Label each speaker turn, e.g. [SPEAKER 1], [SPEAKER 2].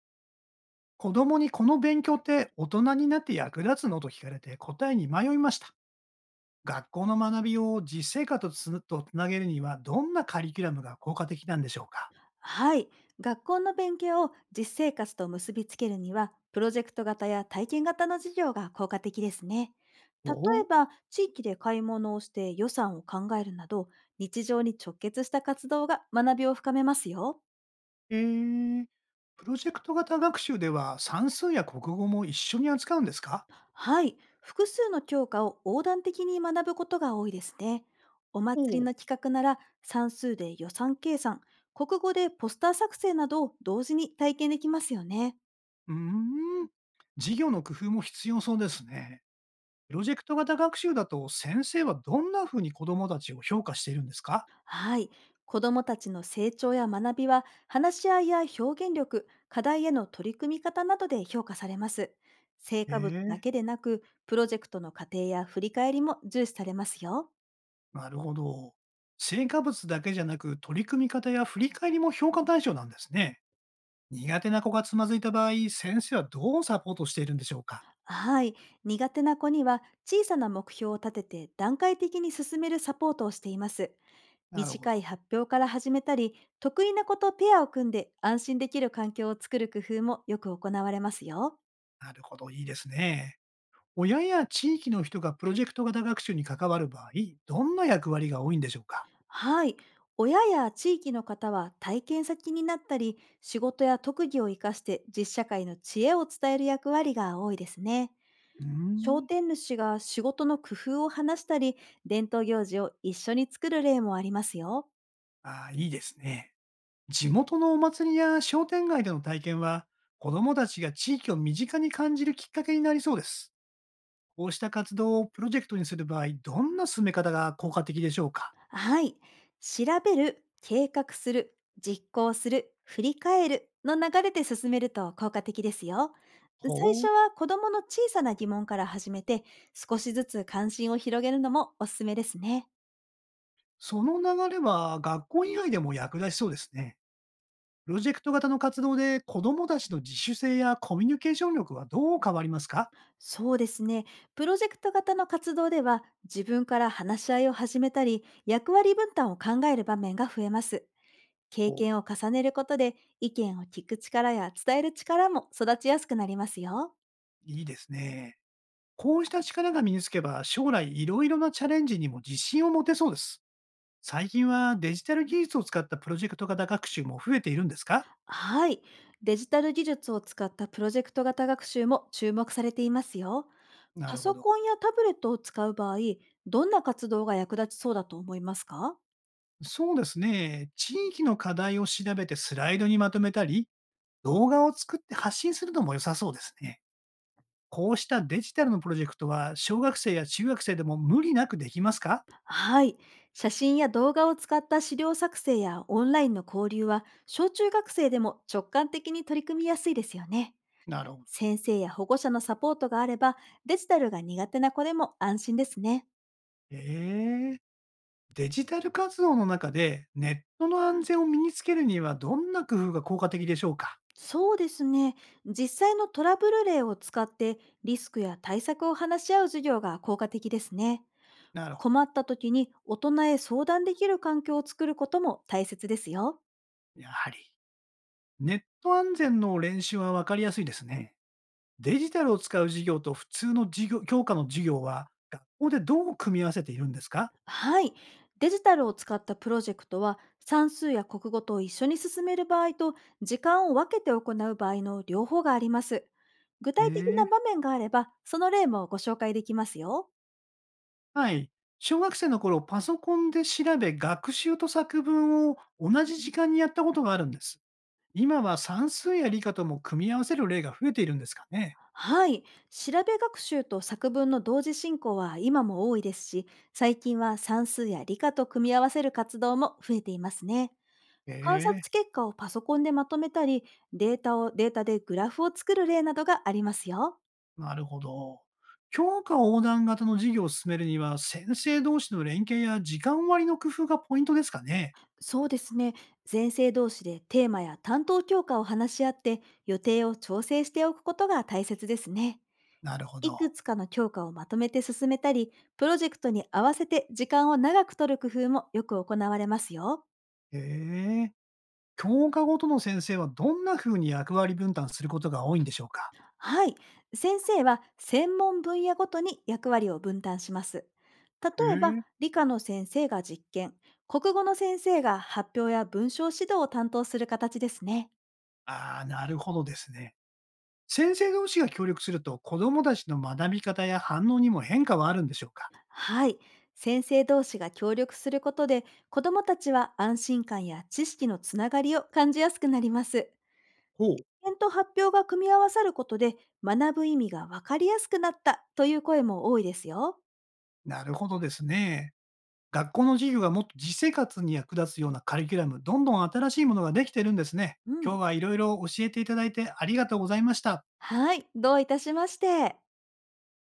[SPEAKER 1] 子供にこの勉強って大人になって役立つのと聞かれて答えに迷いました。学校の学びを実生活とつなげるにはどんなカリキュラムが効果的なんでしょうか？
[SPEAKER 2] はい。学校の勉強を実生活と結びつけるには、プロジェクト型や体験型の授業が効果的ですね。
[SPEAKER 1] お
[SPEAKER 2] 例え
[SPEAKER 1] お、
[SPEAKER 2] ば、地域で買い物をして予算を考えるなど、日常に直結した活動が学びを深めますよ。
[SPEAKER 1] えー、プロジェクト型学習では算数や国語も一緒に扱うんですか？
[SPEAKER 2] はい。複数の教科を横断的に学ぶことが多いですね。お祭り
[SPEAKER 1] おう。
[SPEAKER 2] の企画なら、算数で予算計算、国語でポスター作成などを同時に体験できますよね。
[SPEAKER 1] うーん、授業の工夫も必要そうですね。プロジェクト型学習だと先生はどんな風に子供たちを評価しているんですか？
[SPEAKER 2] はい。子どもたちの成長や学びは、話し合いや表現力、課題への取り組み方などで評価されます。成果物だ
[SPEAKER 1] ええ、
[SPEAKER 2] けでなく、プロジェクトの過程や振り返りも重視されますよ。
[SPEAKER 1] なるほど。成果物だけじゃなく、取り組み方や振り返りも評価対象なんですね。苦手な子がつまずいた場合、先生はどうサポートしているんでしょうか？
[SPEAKER 2] はい。苦手な子には、小さな目標を立てて段階的に進めるサポートをしています。
[SPEAKER 1] なるほ
[SPEAKER 2] 短い
[SPEAKER 1] ど。
[SPEAKER 2] 発表から始めたり、得意な子とペアを組んで安心できる環境を作る工夫もよく行われますよ。
[SPEAKER 1] なるほど。いいですね。親や地域の人がプロジェクト型学習に関わる場合、どんな役割が多いんでしょうか？
[SPEAKER 2] はい。親や地域の方は体験先になったり、仕事や特技を生かして実社会の知恵を伝える役割が多いですね。
[SPEAKER 1] うー
[SPEAKER 2] 商
[SPEAKER 1] ん。
[SPEAKER 2] 店主が仕事の工夫を話したり、伝統行事を一緒に作る例もありますよ。
[SPEAKER 1] ああ、いいですね。地元のお祭りや商店街での体験は、子どもたちが地域を身近に感じるきっかけになりそうです。こうした活動をプロジェクトにする場合、どんな進め方が効果的でしょうか？
[SPEAKER 2] はい。調べる、計画する、実行する、振り返るの流れで進めると効果的ですよ。最
[SPEAKER 1] ほう。
[SPEAKER 2] 初は子供の小さな疑問から始めて、少しずつ関心を広げるのもおすすめですね。
[SPEAKER 1] その流れは学校以外でも役立ちそうですね。プロジェクト型の活動で子どもたちの自主性やコミュニケーション力はどう変わりますか？
[SPEAKER 2] そうですね。プロジェクト型の活動では、自分から話し合いを始めたり、役割分担を考える場面が増えます。経
[SPEAKER 1] お、
[SPEAKER 2] 験を重ねることで、意見を聞く力や伝える力も育ちやすくなりますよ。
[SPEAKER 1] いいですね。こうした力が身につけば将来いろいろなチャレンジにも自信を持てそうです。最近はデジタル技術を使ったプロジェクト型学習も増えているんですか？
[SPEAKER 2] はい。デジタル技術を使ったプロジェクト型学習も注目されていますよ。
[SPEAKER 1] な
[SPEAKER 2] パ
[SPEAKER 1] るほ
[SPEAKER 2] ソ
[SPEAKER 1] ど。
[SPEAKER 2] コンやタブレットを使う場合、どんな活動が役立ちそうだと思いますか？
[SPEAKER 1] そうですね。地域の課題を調べてスライドにまとめたり、動画を作って発信するのも良さそうですね。こうしたデジタルのプロジェクトは、小学生や中学生でも無理なくできますか？
[SPEAKER 2] はい。写真や動画を使った資料作成やオンラインの交流は、小中学生でも直感的に取り組みやすいですよね。
[SPEAKER 1] なるほど。
[SPEAKER 2] 先生や保護者のサポートがあれば、デジタルが苦手な子でも安心ですね。
[SPEAKER 1] ええ、デジタル活動の中で、ネットの安全を身につけるには、どんな工夫が効果的でしょうか？
[SPEAKER 2] そうですね。実際のトラブル例を使って、リスクや対策を話し合う授業が効果的ですね。
[SPEAKER 1] なるほ
[SPEAKER 2] 困った時に大人へ相談できる環境を作ることも大切ですよ。
[SPEAKER 1] ど。やはり、ネット安全の練習は分かりやすいですね。デジタルを使う授業と普通の授業教科の授業は、学校でどう組み合わせているんですか？
[SPEAKER 2] はい。デジタルを使ったプロジェクトは、算数や国語と一緒に進める場合と、時間を分けて行う場合の両方があります。具体的
[SPEAKER 1] え
[SPEAKER 2] な場
[SPEAKER 1] え、
[SPEAKER 2] 面があれば、その例もご紹介できますよ。
[SPEAKER 1] はい。小学生の頃、パソコンで調べ、学習と作文を同じ時間にやったことがあるんです。今は算数や理科とも組み合わせる例が増えているんですかね。
[SPEAKER 2] はい。調べ学習と作文の同時進行は今も多いですし、最近は算数や理科と組み合わせる活動も増えていますね。観
[SPEAKER 1] え
[SPEAKER 2] 察
[SPEAKER 1] え、
[SPEAKER 2] 結果をパソコンでまとめたり、データでグラフを作る例などがありますよ。
[SPEAKER 1] なるほど。教科横断型の授業を進めるには、先生同士の連携や時間割の工夫がポイントですかね。
[SPEAKER 2] そうですね。先生同士でテーマや担当教科を話し合って予定を調整しておくことが大切ですね。
[SPEAKER 1] なるほ
[SPEAKER 2] い
[SPEAKER 1] ど。
[SPEAKER 2] くつかの教科をまとめて進めたり、プロジェクトに合わせて時間を長く取る工夫もよく行われますよ。
[SPEAKER 1] ええ、教科ごとの先生はどんな風に役割分担することが多いんでしょうか。
[SPEAKER 2] はい。先生は専門分野ごとに役割を分担します。例えば、
[SPEAKER 1] ええ、
[SPEAKER 2] 理科の先生が実験、国語の先生が発表や文章指導を担当する形ですね。
[SPEAKER 1] ああー、なるほどですね。先生同士が協力すると、子どもたちの学び方や反応にも変化はあるんでしょうか？
[SPEAKER 2] はい。先生同士が協力することで、子どもたちは安心感や知識のつながりを感じやすくなります。
[SPEAKER 1] ほう。
[SPEAKER 2] 点と発表が組み合わさることで、学ぶ意味が分かりやすくなったという声も多いですよ。
[SPEAKER 1] なるほどですね。学校の授業がもっと実生活に役立つようなカリキュラム、どんどん新しいものができてるんですね。
[SPEAKER 2] う
[SPEAKER 1] 今
[SPEAKER 2] ん。
[SPEAKER 1] 日はいろいろ教えていただいてありがとうございました。
[SPEAKER 2] はい。どういたしまして。